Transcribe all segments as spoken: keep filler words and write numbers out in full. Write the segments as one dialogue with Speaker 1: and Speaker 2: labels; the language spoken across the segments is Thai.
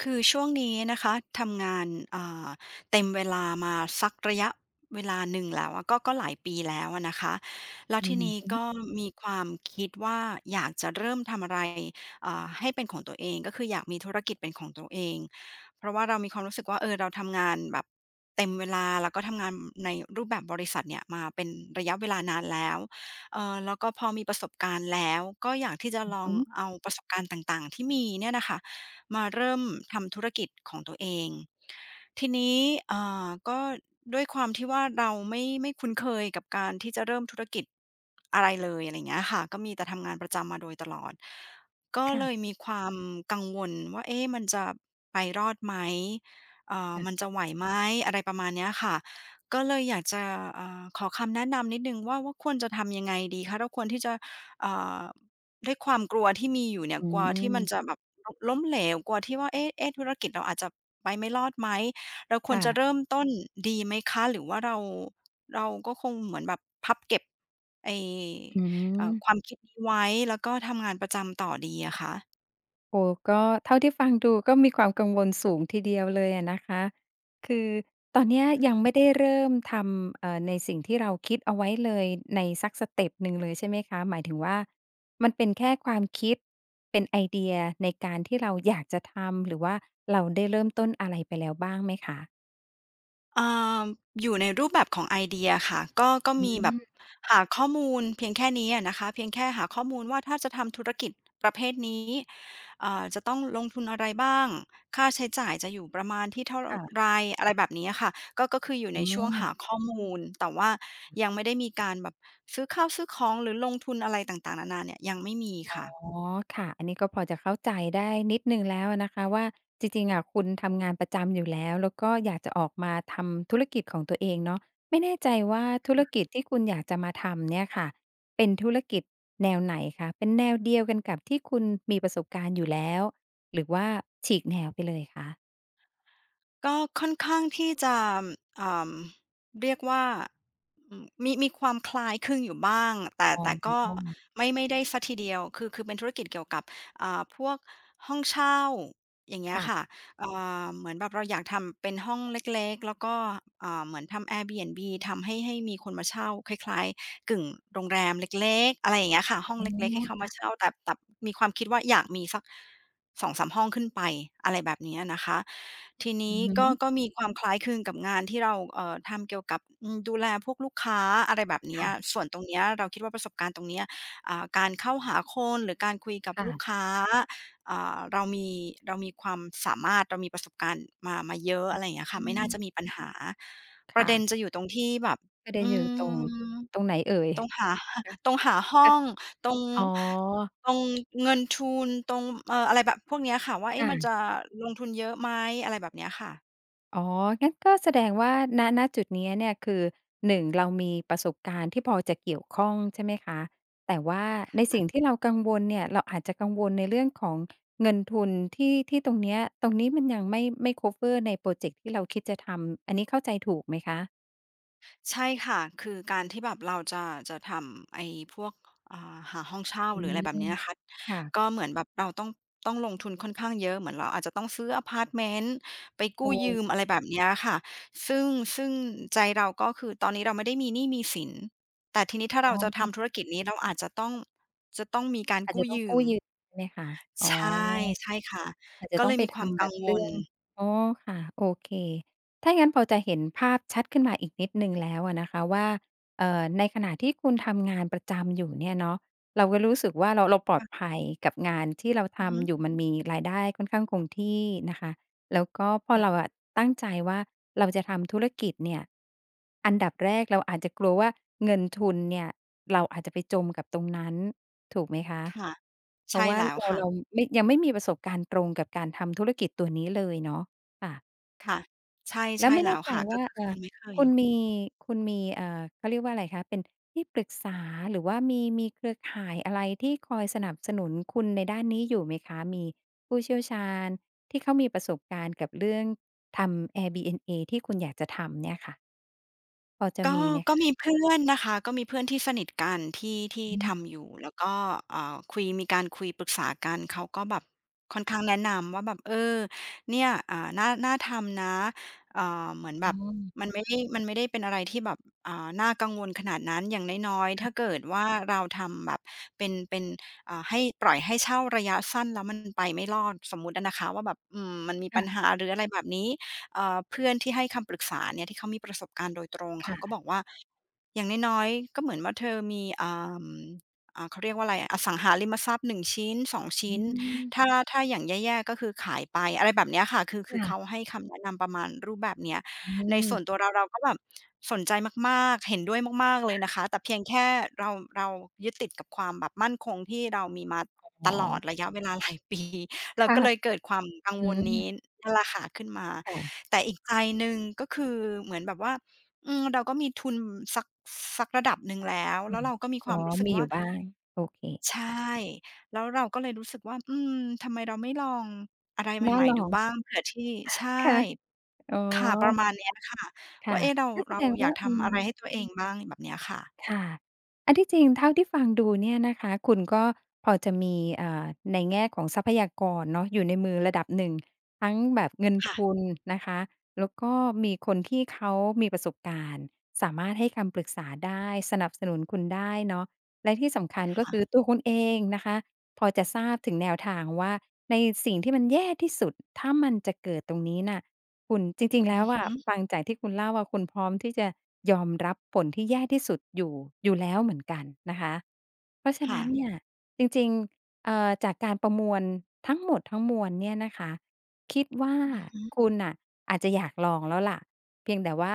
Speaker 1: คือช่วงนี้นะคะทำงานอ่าเต็มเวลามาสักระยะเวลาหนึ่งแล้วอะก็ก็หลายปีแล้วอะนะคะแล้ว
Speaker 2: อื
Speaker 1: ที
Speaker 2: ม
Speaker 1: นี้
Speaker 2: อือฮึ
Speaker 1: ก็มีความคิดว่าอยากจะเริ่มทำอะไรอ่าให้เป็นของตัวเองก็คืออยากมีธุรกิจเป็นของตัวเองเพราะว่าเรามีความรู้สึกว่าเออเราทำงานแบบเต็มเวลาแล้วก็ทำงานในรูปแบบบริษัทเนี่ยมาเป็นระยะเวลานานแล้วเออแล้วก็พอมีประสบการณ์แล้วก็อยากที่จะลอ
Speaker 2: อ
Speaker 1: ง
Speaker 2: อ
Speaker 1: เอาประสบการณ์ต่างๆที่มีเนี่ยนะคะ มาเริ่มทำธุรกิจของตัวเองทีนี้อ่าก็ด้วยความที่ว่าเราไม่ไม่คุ้นเคยกับการที่จะเริ่มธุรกิจอะไรเลยอะไรเงี้ยค่ะก็มีแต่ทำงานประจำมาโดยตลอดก็เลย
Speaker 2: ค่ะ
Speaker 1: มีความกังวลว่าเอ๊ะมันจะไปรอดไหมเอ่อ
Speaker 2: ค่ะ
Speaker 1: มันจะไหวไหมอะไรประมาณเนี้ยค่ะก็เลยอยากจะเอ่อขอคำแนะนำนิดนึงว่าว่าควรจะทำยังไงดีคะเราควรที่จะเอ่อ ด้วยความกลัวที่มีอยู่เนี่ย
Speaker 2: อื
Speaker 1: กลัวที่มันจะ
Speaker 2: ม
Speaker 1: แบบลล้มเหลวกลัวที่ว่าเอ๊ะเอ๊ะธุรกิจเราอาจจะไปไม่รอดไหมเราควรจะเริ่
Speaker 2: ค่ะ
Speaker 1: มต้นดีไหมคะหรือว่าเราเราก็คงเหมือนแบบพับเก็บไอ้
Speaker 2: อื
Speaker 1: เอ่
Speaker 2: ม
Speaker 1: อความคิดนี้ไว้แล้วก็ทำงานประจำต่อดีอะคะ
Speaker 2: โอ้โฮก็เท่าที่ฟังดูก็มีความกังวลสูงทีเดียวเลยอะนะคะ คือตอนเนี้ยยัง
Speaker 1: ค่ะ
Speaker 2: ไม่ได้เริ่มทำเอ่อในสิ่งที่เราคิดเอาไว้เลยในสักสเต็ปหนึ่งเลยใช่ไหมคะ หมายถึงว่ามันเป็นแค่ความคิดเป็นไอเดียในการที่เราอยากจะทำหรือว่าเราได้เริ่มต้นอะไรไปแล้วบ้างไหมคะ
Speaker 1: อ่าอยู่ในรูปแบบของไอเดียค่ะก็ก็
Speaker 2: อื
Speaker 1: มีแบบ
Speaker 2: ม
Speaker 1: หาข้อมูลเพียงแค่นี้อะนะคะเพียงแค่หาข้อมูลว่าถ้าจะทำธุรกิจประเภทนี้อ่าจะต้องลงทุนอะไรบ้างค่าใช้จ่ายจะอยู่ประมาณที่เท่าไร
Speaker 2: ค่ะ
Speaker 1: อะไรแบบนี้อะค่ะก็ก็คืออยู่
Speaker 2: อื
Speaker 1: ในช่วง
Speaker 2: ม
Speaker 1: หาข้อมูลแต่ว่ายังไม่ได้มีการแบบซื้อข้าวซื้อของหรือลงทุนอะไรต่างๆนานาเนี่ยยังไม่มีค่ะ
Speaker 2: อ๋อค่ะอันนี้ก็พอจะเข้าใจได้นิดหนึ่งแล้วอะนะคะว่าจริงๆอะคุณทำงานประจำอยู่แล้วแล้วก็อยากจะออกมาทำธุรกิจของตัวเองเนาะไม่แน่ใจว่าธุรกิจที่คุณอยากจะมาทำเนี่ยค่ะเป็นธุรกิจแนวไหนคะเป็นแนวเดียวกันกับที่คุณมีประสบการณ์อยู่แล้วหรือว่าฉีกแนวไปเลยคะ
Speaker 1: ก็ค่อนข้างที่จะอ่เรียกว่าอืมมีมีความคล้ายคลึงอยู่บ้างแต่
Speaker 2: อ๋อ
Speaker 1: แต่ก็ไม่ไม่ได้เสียทีเดียวคือคือเป็นธุรกิจเกี่ยวกับอ่าพวกห้องเช่าอย่างเงี้ย
Speaker 2: ค่ะ
Speaker 1: ค่ะอ่าเหมือนแบบเราอยากทำเป็นห้องเล็กๆแล้วก็อ่าเหมือนทำ Airbnb ทำให้ให้มีคนมาเช่าคล้ายๆกึ่งโรงแรมเล็กๆอะไรอย่างเงี้ยค่ะห้อง
Speaker 2: อ๋
Speaker 1: เล็กๆให้เขา
Speaker 2: อ
Speaker 1: มาเช่าแต่แต่มีความคิดว่าอยากมีสัก สองมห้องขึ้นไปอะไรแบบเนี้ยนะคะที
Speaker 2: อื
Speaker 1: นี้
Speaker 2: อ
Speaker 1: ก็
Speaker 2: ฮึ
Speaker 1: ก็มีความคล้ายคลึงกับงานที่เราเอ่อทำเกี่ยวกับอืมดูแลพวกลูกค้าอะไรแบบเนี้ย
Speaker 2: ค่ะ
Speaker 1: ส่วนตรงเนี้ยเราคิดว่าประสบการณ์ตรงเนี้ยอ่าการเข้าหาคนหรือการคุยกับลูก
Speaker 2: ค่ะ
Speaker 1: ค้าอ่าเรามีเรามีความสามารถเรามีประสบการณ์มามาเยอะอะไรอย่างเงี้ยค่ะ
Speaker 2: อื
Speaker 1: ไม่น่า
Speaker 2: ม
Speaker 1: จะมีปัญหาประเด็น
Speaker 2: ค่ะ
Speaker 1: จะอยู่ตรงที่แบบ
Speaker 2: ประเด็น
Speaker 1: อื
Speaker 2: อยู่ตร
Speaker 1: ม
Speaker 2: งตรงไหนเอ่ย
Speaker 1: ตรงหา ตรงหาห้
Speaker 2: คะ
Speaker 1: องตรง
Speaker 2: อ๋อ
Speaker 1: ตรงเงินทุนตรงเอ่ออะไรแบบพวกเนี้ยค่ะว่าเอ๊ะมันจะ
Speaker 2: ค่ะ
Speaker 1: ลงทุนเยอะไหมอะไรแบบเนี้ยค่ะ
Speaker 2: อ๋องั้นก็แสดงว่าณณจุดเนี้ยเนี่ยคือหนึ่งเรามีประสบการณ์ที่พอจะเกี่ยวข้องใช่ไหมคะแต่ว่าในสิ่งที่เรากังวลเนี่ยเราอาจจะกังวลในเรื่องของเงินทุนที่ที่ตรงเนี้ยตรงนี้มันยังไม่ไม่คัฟเวอร์ในพรอเจกต์ที่เราคิดจะทำอันนี้เข้าใจถูกไหมคะ
Speaker 1: ใช่ค่ะคือการที่แบบเราจะจะทำไอ้พวกอ่าหาห้องเช่า
Speaker 2: อื
Speaker 1: หรืออะไรแบบเนี้
Speaker 2: ม
Speaker 1: ยนะคะก็
Speaker 2: ค่ะ
Speaker 1: เหมือนแบบเราต้องต้องลงทุนค่อนข้างเยอะเหมือนเราอาจจะต้องซื้ออะพาร์ตเมนต์ไป
Speaker 2: โอ
Speaker 1: กู้ยืม
Speaker 2: ้
Speaker 1: อะไรแบบเนี้ยค่ะซึ่งซึ่งใจเราก็คือตอนนี้เราไม่ได้มีหนี้มีสินแต่ทีนี้ถ้าเราจะทำธุรกิจนี้เราอาจจะต้องจะต้องมีการ
Speaker 2: อาจจะ
Speaker 1: กู้
Speaker 2: ต้อง
Speaker 1: ยื
Speaker 2: กู้
Speaker 1: ม
Speaker 2: ยืมใช่ไหมคะอ๋
Speaker 1: ใช่
Speaker 2: อ
Speaker 1: ใช่ค่ะ
Speaker 2: อาจจะ
Speaker 1: ก็
Speaker 2: ต้
Speaker 1: เล
Speaker 2: อง
Speaker 1: ย
Speaker 2: ไป
Speaker 1: มีความ
Speaker 2: ทำแบ
Speaker 1: กัง
Speaker 2: บ
Speaker 1: วล
Speaker 2: เรื่องอ๋อค่ะ โอเค ถ้างั้นพอจะเห็นภาพชัดขึ้นมาอีกนิดหนึ่งแล้วอะนะคะว่าเอ่อในขณะที่คุณทำงานประจำอยู่เนี่ยเนาะเราก็รู้สึกว่าเราเราปลอดภัยกับงานที่เรา
Speaker 1: อือฮึ
Speaker 2: ทำอยู่มันมีรายได้ค่อนข้างคงที่นะคะ แล้วก็พอเรา
Speaker 1: ค่ะ
Speaker 2: อะตั้งใจว่าเราจะทำธุรกิจเนี่ยอันดับแรกเราอาจจะกลัวว่าเงินทุนเนี่ยเราอาจจะไปจมกับตรงนั้นถูกไหมคะ
Speaker 1: ค่ะ
Speaker 2: เพ
Speaker 1: ใช่
Speaker 2: ราะว่า
Speaker 1: แล้ว
Speaker 2: เรา
Speaker 1: ค่ะ
Speaker 2: เราไม่ยังไม่มีประสบการณ์ตรงกับการทำธุรกิจตัวนี้เลยเนาะค่ะ
Speaker 1: ค่ะใช่
Speaker 2: แล้ว
Speaker 1: ใช่
Speaker 2: ไม่
Speaker 1: แล้
Speaker 2: แน่
Speaker 1: ว
Speaker 2: ใจ
Speaker 1: ค่ะก็
Speaker 2: ว่า
Speaker 1: คือ
Speaker 2: เอ่
Speaker 1: ยั
Speaker 2: อ
Speaker 1: งไม่เคย
Speaker 2: คุณมี คุณมีเอ่อเขาเรียกว่าอะไรคะ เป็นที่ปรึกษา หรือว่ามีมีเครือข่ายอะไรที่คอยสนับสนุนคุณในด้านนี้อยู่ไหมคะ มีผู้เชี่ยวชาญที่เขามีประสบการณ์กับเรื่องทำ Airbnb ที่คุณอยากจะทำเนี่ยค่ะ
Speaker 1: ก็ก็มีเพื่อนนะคะก็มีเพื่อนที่สนิทกันที่ที่
Speaker 2: อืม
Speaker 1: ทำอยู่แล้วก็เอ่อคุยมีการคุยปรึกษากันเขาก็แบบค่อนข้างแนะนำว่าแบบเออเนี่ยอ่าน่าน่าทำนะเอ่อเหมือนแบ
Speaker 2: อ๋
Speaker 1: บมั
Speaker 2: อ
Speaker 1: นไม่ได้มันไม่ได้เป็นอะไรที่แบบอ่าน่ากังวลขนาดนั้นอย่างน้อยๆถ้า
Speaker 2: ค่ะ
Speaker 1: เกิดว่าเราทำแบบเป็นเป็นอ่าให้ปล่อยให้เช่าระยะสั้นแล้วมันไปไม่รอดสมมุติอะนะคะว่าแบบอืมมันมีปั
Speaker 2: ค่ะ
Speaker 1: ญหาหรืออะไรแบบนี้ เอ่อเพื่อนที่ให้คำปรึกษาเนี่ยที่เขามีประสบการณ์โดยตรงเขาก็
Speaker 2: ค่ะ
Speaker 1: บอกว่าอย่างน้อยๆก็เหมือนว่าเธอมีอ่าอ่าเขาเรียกว่าอะไรอะอสังหาริมทรัพย์หนึ่งชิ้นสอง
Speaker 2: อื
Speaker 1: ชิ้นถ้า
Speaker 2: ม
Speaker 1: ถ้าอย่างแย่ๆก็คือขายไปอะไรแบบเนี้ยค่ะคือคือเขา
Speaker 2: ค่ะ
Speaker 1: ให้คำแนะนำประมาณรูปแบบเนี้ย
Speaker 2: อื
Speaker 1: ในส่วนตั
Speaker 2: ม
Speaker 1: วเราเราก็แบบสนใจมากๆเห็นด้วยมากๆเลยนะคะแต่เพียงแค่เราเรายึดติดกับความแบบมั่นคงที่เรามีมา
Speaker 2: อ๋
Speaker 1: ต
Speaker 2: อ
Speaker 1: ลอดระยะเวลาหลายปี เรา
Speaker 2: ค่ะ
Speaker 1: ก็เลยเกิดความกัง
Speaker 2: อื
Speaker 1: วล
Speaker 2: ม
Speaker 1: นี้นั่นแหละค่ะขึ้นมา
Speaker 2: ค่ะ
Speaker 1: แต่อีกใจหนึ่งก็คือเหมือนแบบว่าอืมเราก็มีทุนสักสักระดับหนึ่งแล้วแล้
Speaker 2: ค่ะ
Speaker 1: วเราก็มีควา
Speaker 2: อ๋อ
Speaker 1: มรู้สึก
Speaker 2: มีอ
Speaker 1: ว่า
Speaker 2: ยู่บ้างโอเค
Speaker 1: ใช่แล้วเราก็เลยรู้สึกว่าอืมทำไมเราไม่ลองอะไร
Speaker 2: น่า
Speaker 1: ใหม่
Speaker 2: ล
Speaker 1: ๆดู
Speaker 2: อง
Speaker 1: บ้างเผื่อที่ใช่
Speaker 2: ค่ะอ๋อ
Speaker 1: ค่ะประมาณเนี้ยค่ะว่า
Speaker 2: ค่ะ
Speaker 1: เอ๊ะเรา
Speaker 2: ก็แส
Speaker 1: เรา
Speaker 2: ดง
Speaker 1: อยา
Speaker 2: ว่า
Speaker 1: ก
Speaker 2: อื
Speaker 1: ทำ
Speaker 2: ม
Speaker 1: อะไรให้ตัวเองบ้างแบบเนี้ยค่ะ
Speaker 2: ค่ะ อันที่จริงเท่าที่ฟังดูเนี่ยนะคะ คุณก็พอจะมีเอ่อในแง่ของทรัพยากรเนาะอยู่ในมือระดับหนึ่ง ทั้งแบบเงิน
Speaker 1: ค่ะ
Speaker 2: ทุนนะคะ แล้วก็มีคนที่เขามีประสบการณ์ สามารถให้คำปรึกษาได้ สนับสนุนคุณได้เนาะและที่สำคัญก็คือ
Speaker 1: ค่ะ
Speaker 2: ตัวคุณเองนะคะ พอจะทราบถึงแนวทางว่าในสิ่งที่มันแย่ที่สุด ถ้ามันจะเกิดตรงนี้น่ะ คุณจริงๆ
Speaker 1: อื
Speaker 2: แล้ว
Speaker 1: อ
Speaker 2: อะ
Speaker 1: ฮึ
Speaker 2: ฟังจากที่คุณเล่าอะคุณพร้อมที่จะยอมรับผลที่แย่ที่สุดอยู่อยู่แล้วเหมือนกันนะคะเพราะฉะ
Speaker 1: ค่ะ
Speaker 2: นั้นเนี่ยจริงๆเอ่อจากการประมวลทั้งหมดทั้งมวลเนี่ยนะคะ คิดว่า
Speaker 1: อือฮึ
Speaker 2: คุณน่ะอาจจะอยากลองแล้วล่ะเพียงแต่ว่า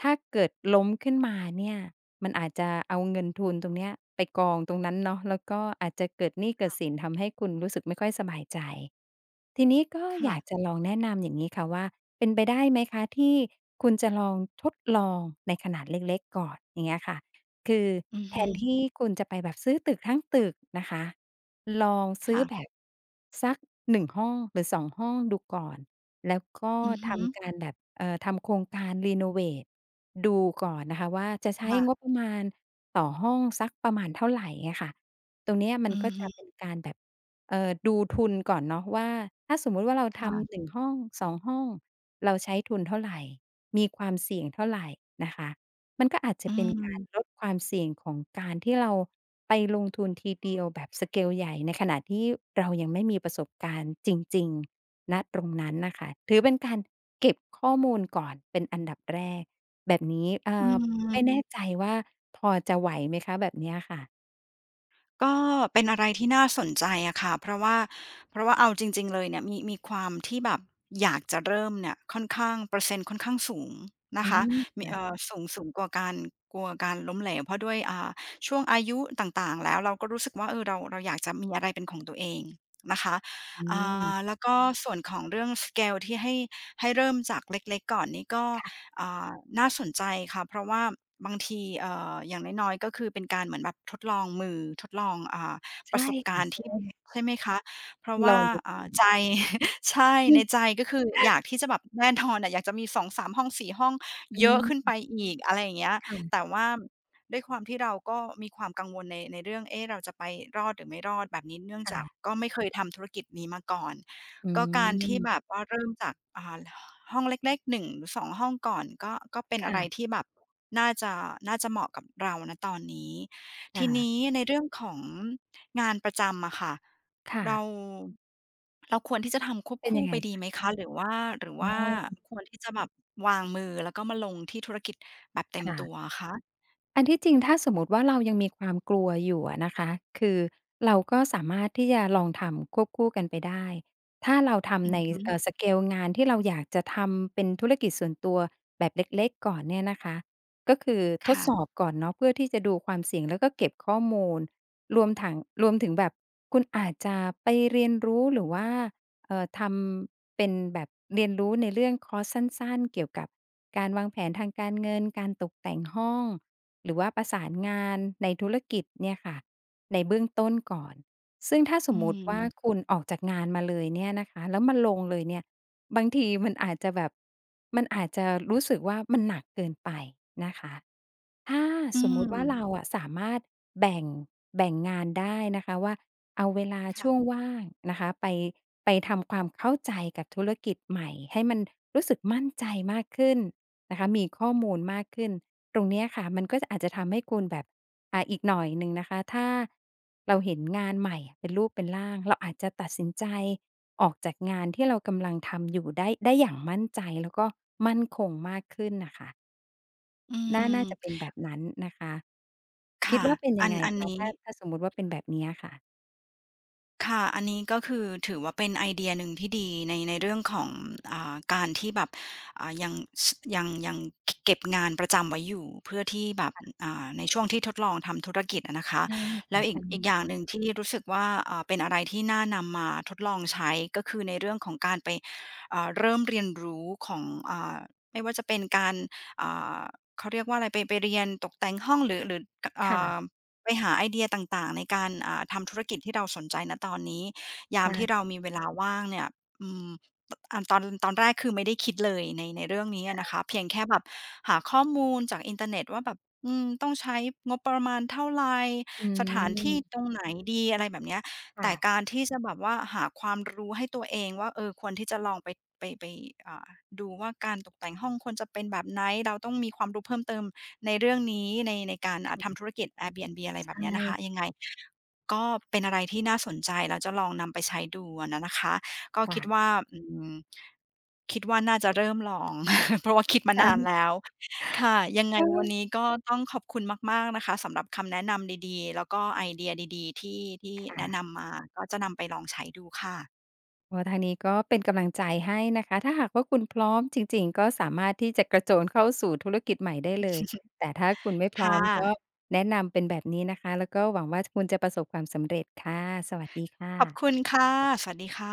Speaker 2: ถ้าเกิดล้มขึ้นมาเนี่ยมันอาจจะเอาเงินทุนตรงเนี้ยไปกองตรงนั้นเนาะแล้วก็อาจจะเกิดหนี้เกิดสินทำให้คุณรู้สึกไม่ค่อยสบายใจทีนี้ก็อยาก
Speaker 1: ค่ะ
Speaker 2: จะลองแนะนำอย่างงี้ค่ะว่าเป็นไปได้ไหมคะที่คุณจะลองทดลองในขนาดเล็กๆก่อนอย่างเงี้ยค่ะ คือ
Speaker 1: อือ
Speaker 2: แท
Speaker 1: ฮึ
Speaker 2: นที่คุณจะไปแบบซื้อตึกทั้งตึกนะคะลองซื้อ
Speaker 1: ค่ะ
Speaker 2: แบบสักหนึ่งห้องหรือสองห้องดูก่อนแล้วก็
Speaker 1: อือฮึ
Speaker 2: ทำการแบบเอ่อทำโครงการรีโนเวตดูก่อนนะคะว่าจะใช้
Speaker 1: ค่ะ
Speaker 2: งบประมาณต่อห้องสักประมาณเท่าไรอะค่ะตรงเนี้ยมั
Speaker 1: อื
Speaker 2: นก็
Speaker 1: อ
Speaker 2: จะ
Speaker 1: ฮึ
Speaker 2: เป็นการแบบเอ่อดูทุนก่อนเนาะว่าถ้าสมมุติว่าเราทำ
Speaker 1: ค่ะ
Speaker 2: หนึ่งห้องสองห้องเราใช้ทุนเท่าไรมีความเสี่ยงเท่าไรนะคะ มันก็อาจจะ
Speaker 1: อื
Speaker 2: เป็นการล
Speaker 1: ม
Speaker 2: ดความเสี่ยงของการที่เราไปลงทุนทีเดียวแบบสเกลใหญ่ในขณะที่เรายังไม่มีประสบการณ์จริงๆณตรงนั้นน่ะค่ะถือเป็นการเก็บข้อมูลก่อนเป็นอันดับแรกแบบนี้เอ่
Speaker 1: อื
Speaker 2: อไม่
Speaker 1: ม
Speaker 2: แน่ใจว่าพอจะไหวไหมคะแบบเนี้ยค่ะ
Speaker 1: ก็เป็นอะไรที่น่าสนใจอะค่ะเพราะว่าเพราะว่าเอาจริงๆเลยเนี่ยมีมีความที่แบบอยากจะเริ่มเนี่ยค่อนข้างเปอร์เซ็นต์ค่อนข้างสูงนะ
Speaker 2: อื
Speaker 1: คะมี
Speaker 2: ม
Speaker 1: เอ่อสูงสูงกว่าการกลัวการล้มเหลวเพราะด้วยอ่าช่วงอายุต่างๆแล้วเราก็รู้สึกว่าเออเราเราอยากจะมีอะไรเป็นของตัวเองนะคะ
Speaker 2: อื
Speaker 1: อ่
Speaker 2: ม
Speaker 1: าแล้วก็ส่วนของเรื่องสเกลที่ให้ให้เริ่มจากเล็กๆก่อนนี่ก็
Speaker 2: ค่ะ
Speaker 1: อ่าน่าสนใจค่ะเพราะว่าบางทีเอ่ออย่างน้อยๆก็คือเป็นการเหมือนแบบทดลองมือทดลองอ่าป
Speaker 2: ใช่
Speaker 1: ระสบกา
Speaker 2: ค่ะ
Speaker 1: รณ์
Speaker 2: ใช่
Speaker 1: ที่ใช่ไหมคะเพราะ
Speaker 2: ล
Speaker 1: ว่า
Speaker 2: องดูก่อ
Speaker 1: อ่า
Speaker 2: น
Speaker 1: ใจ ใช่
Speaker 2: อื
Speaker 1: ในใจ
Speaker 2: ม
Speaker 1: ก็คืออยากที่จะแบบแน่นอนอะอยากจะมีสองสามห้องสี่ห้อง
Speaker 2: อื
Speaker 1: เยอะขึ้นไป
Speaker 2: ม
Speaker 1: อีกอะไรอย่างเงี้ย
Speaker 2: ค่ะ
Speaker 1: แต่ว่าด้วยความที่เราก็มีความกังวลในในเรื่องเอ๊ะเราจะไปรอดหรือไม่รอดแบบนี้เนื่องจาก
Speaker 2: ค่ะ
Speaker 1: ก็ไม่เคยทำธุรกิจนี้มาก่อน
Speaker 2: อื
Speaker 1: ก็การที่แบบ
Speaker 2: ม
Speaker 1: ว่าเริ่มจากอ่า ห้องเล็กๆหนึ่งหรือสองห้องก่อนก็ก็เป็นอะไร
Speaker 2: ค่ะ
Speaker 1: ที่แบบน่าจะน่าจะเหมาะกับเรานะตอนนี้
Speaker 2: ๆ
Speaker 1: ทีนี้ในเรื่องของงานประจำอะค่ะ
Speaker 2: ค่ะ
Speaker 1: เราเราควรที่จะทำควบ
Speaker 2: เป็น
Speaker 1: คู่
Speaker 2: ยังไง
Speaker 1: ไปดี
Speaker 2: คะ
Speaker 1: ไหมคะหรือว่าหรือ
Speaker 2: อ๋
Speaker 1: ว่า
Speaker 2: อ
Speaker 1: ควรที่จะแบบวางมือแล้วก็มาลงที่ธุรกิจแบบเต็มตัว
Speaker 2: ค่ะ
Speaker 1: อะคะ
Speaker 2: อันที่จริงถ้าสมมุติว่าเรายังมีความกลัวอยู่อะนะคะคือเราก็สามารถที่จะลองทำควบคู่กันไปได้ถ้าเรา
Speaker 1: อื
Speaker 2: ทำ
Speaker 1: อ
Speaker 2: ใน
Speaker 1: ฮึ
Speaker 2: เอ่อสเกลงานที่เราอยากจะทำเป็นธุรกิจส่วนตัวแบบเล็กๆก่อนเนี่ยนะคะก็คือทดสอ
Speaker 1: ค่ะ
Speaker 2: บก่อนเนาะเพื่อที่จะดูความเสี่ยงแล้วก็เก็บข้อมูลรวมถังรวมถึงแบบคุณอาจจะไปเรียนรู้หรือว่าเอ่อทำเป็นแบบเรียนรู้ในเรื่องคอร์สสั้นๆเกี่ยวกับการวางแผนทางการเงินการตกแต่งห้อง หรือว่าประสานงานในธุรกิจเนี่ยค่ะในเบื้องต้นก่อนซึ่งถ้าสม
Speaker 1: อื
Speaker 2: มุติ
Speaker 1: ม
Speaker 2: ว่าคุณออกจากงานมาเลยเนี่ยนะคะแล้วมาลงเลยเนี่ยบางทีมันอาจจะแบบมันอาจจะรู้สึกว่ามันหนักเกินไปนะคะถ้า
Speaker 1: อื
Speaker 2: สมมุติว่าเรา
Speaker 1: ม
Speaker 2: อะสามารถแบ่งแบ่งงานได้นะคะว่าเอาเวลาช่วง
Speaker 1: ค่ะ
Speaker 2: ว่างนะคะไปไปทำความเข้าใจกับธุรกิจใหม่ให้มันรู้สึกมั่นใจมากขึ้น นะคะมีข้อมูลมากขึ้นตรงเนี้ยค่ะมันก็จะอาจจะทำให้คุณแบบอ่าอีกหน่อยหนึ่งนะคะถ้าเราเห็นงานใหม่เป็นรูปเป็นร่างเราอาจจะตัดสินใจออกจากงานที่เรากำลังทำอยู่ได้ได้อย่างมั่นใจแล้วก็มั่นคงมากขึ้นน่ะค่ะ
Speaker 1: อื
Speaker 2: น่าน่าจะเป็
Speaker 1: ม
Speaker 2: นแบบนั้นนะคะคิด
Speaker 1: ค่ะ
Speaker 2: ว่าเป็นยั
Speaker 1: อั
Speaker 2: ง
Speaker 1: น
Speaker 2: ไง
Speaker 1: อันนี้
Speaker 2: สมมุติว่าเป็นแบบเนี้ยค่ะ
Speaker 1: ค่ะอันนี้ก็คือถือว่าเป็นไอเดียหนึ่งที่ดีในในเรื่องของอ่าการที่แบบอ่ายังสยังยังเก็บงานประจำไว้อยู่เพื่อที่แบบอ่าในช่วงที่ทดลองทำธุรกิจอะนะคะ
Speaker 2: ใช่
Speaker 1: แล้
Speaker 2: ค่ะ
Speaker 1: วอีก
Speaker 2: ใช่
Speaker 1: อีกอย่างหนึ่งที่รู้สึกว่าอ่าเป็นอะไรที่น่านำมาทดลองใช้ก็คือในเรื่องของการไปอ่าเริ่มเรียนรู้ของอ่าไม่ว่าจะเป็นการอ่าเขาเรียกว่าอะไรไปไปเรียนตกแต่งห้องหรือหรืออ่า
Speaker 2: ค่ะ
Speaker 1: ไปหาไอเดียต่างๆในการอ่าทำธุรกิจที่เราสนใจณตอนนี้ยามที่เรา
Speaker 2: ใช่
Speaker 1: มีเวลาว่างเนี่ยอืมตอ่าตอนตอนแรกคือไม่ได้คิดเลยในในเรื่องนี้อะนะคะเพียงแค่แบบหาข้อมูลจากอินเทอร์เน็ตว่าแบบอืมต้องใช้งบประมาณเท่าไร
Speaker 2: อื
Speaker 1: สถานที่
Speaker 2: ม
Speaker 1: ตรงไหนดีอะไรแบบเนี้ยแต่
Speaker 2: ค่ะ
Speaker 1: การที่จะแบบว่าหาความรู้ให้ตัวเองว่าเออควรที่จะลองไปไปไปอ่าดูว่าการตกแต่งห้องควรจะเป็นแบบไหนเราต้องมีความรู้เพิ่มเติม ในเรื่องนี้ในในการอ่าทำธุรกิจ Airbnb อะไรแบบ
Speaker 2: ใช่
Speaker 1: เนี้ยนะคะยังไงก็เป็นอะไรที่น่าสนใจแล้วจะลองนำไปใช้ดูอะนะนะคะก็คิด
Speaker 2: ค่ะ
Speaker 1: ว่าอืมคิดว่าน่าจะเริ่มลอง เพราะว่าคิดมานาน
Speaker 2: ค่ะ
Speaker 1: แล้วค่ะยังไง
Speaker 2: ก็
Speaker 1: วันนี้ก็ต้องขอบคุณมากๆนะคะสำหรับคำแนะนำดีๆแล้วก็ไอเดียดีๆที่ที่แนะ
Speaker 2: ค่ะ
Speaker 1: นำมาก็จะนำไปลองใช้ดูค่ะ
Speaker 2: ก็ทางนี้ก็เป็นกำลังใจให้นะคะถ้าหากว่าคุณพร้อมจริงๆก็สามารถที่จะกระโจนเข้าสู่ธุรกิจใหม่ได้เลยแต่ถ้าคุณไม่พร้อม
Speaker 1: ค่ะ
Speaker 2: ก็แนะนำเป็นแบบนี้นะคะแล้วก็หวังว่าคุณจะประสบความสำเร็จค่ะสวัสดีค
Speaker 1: ขอบคุ
Speaker 2: ่ะ
Speaker 1: ณค่ะสวัสดีค่ะ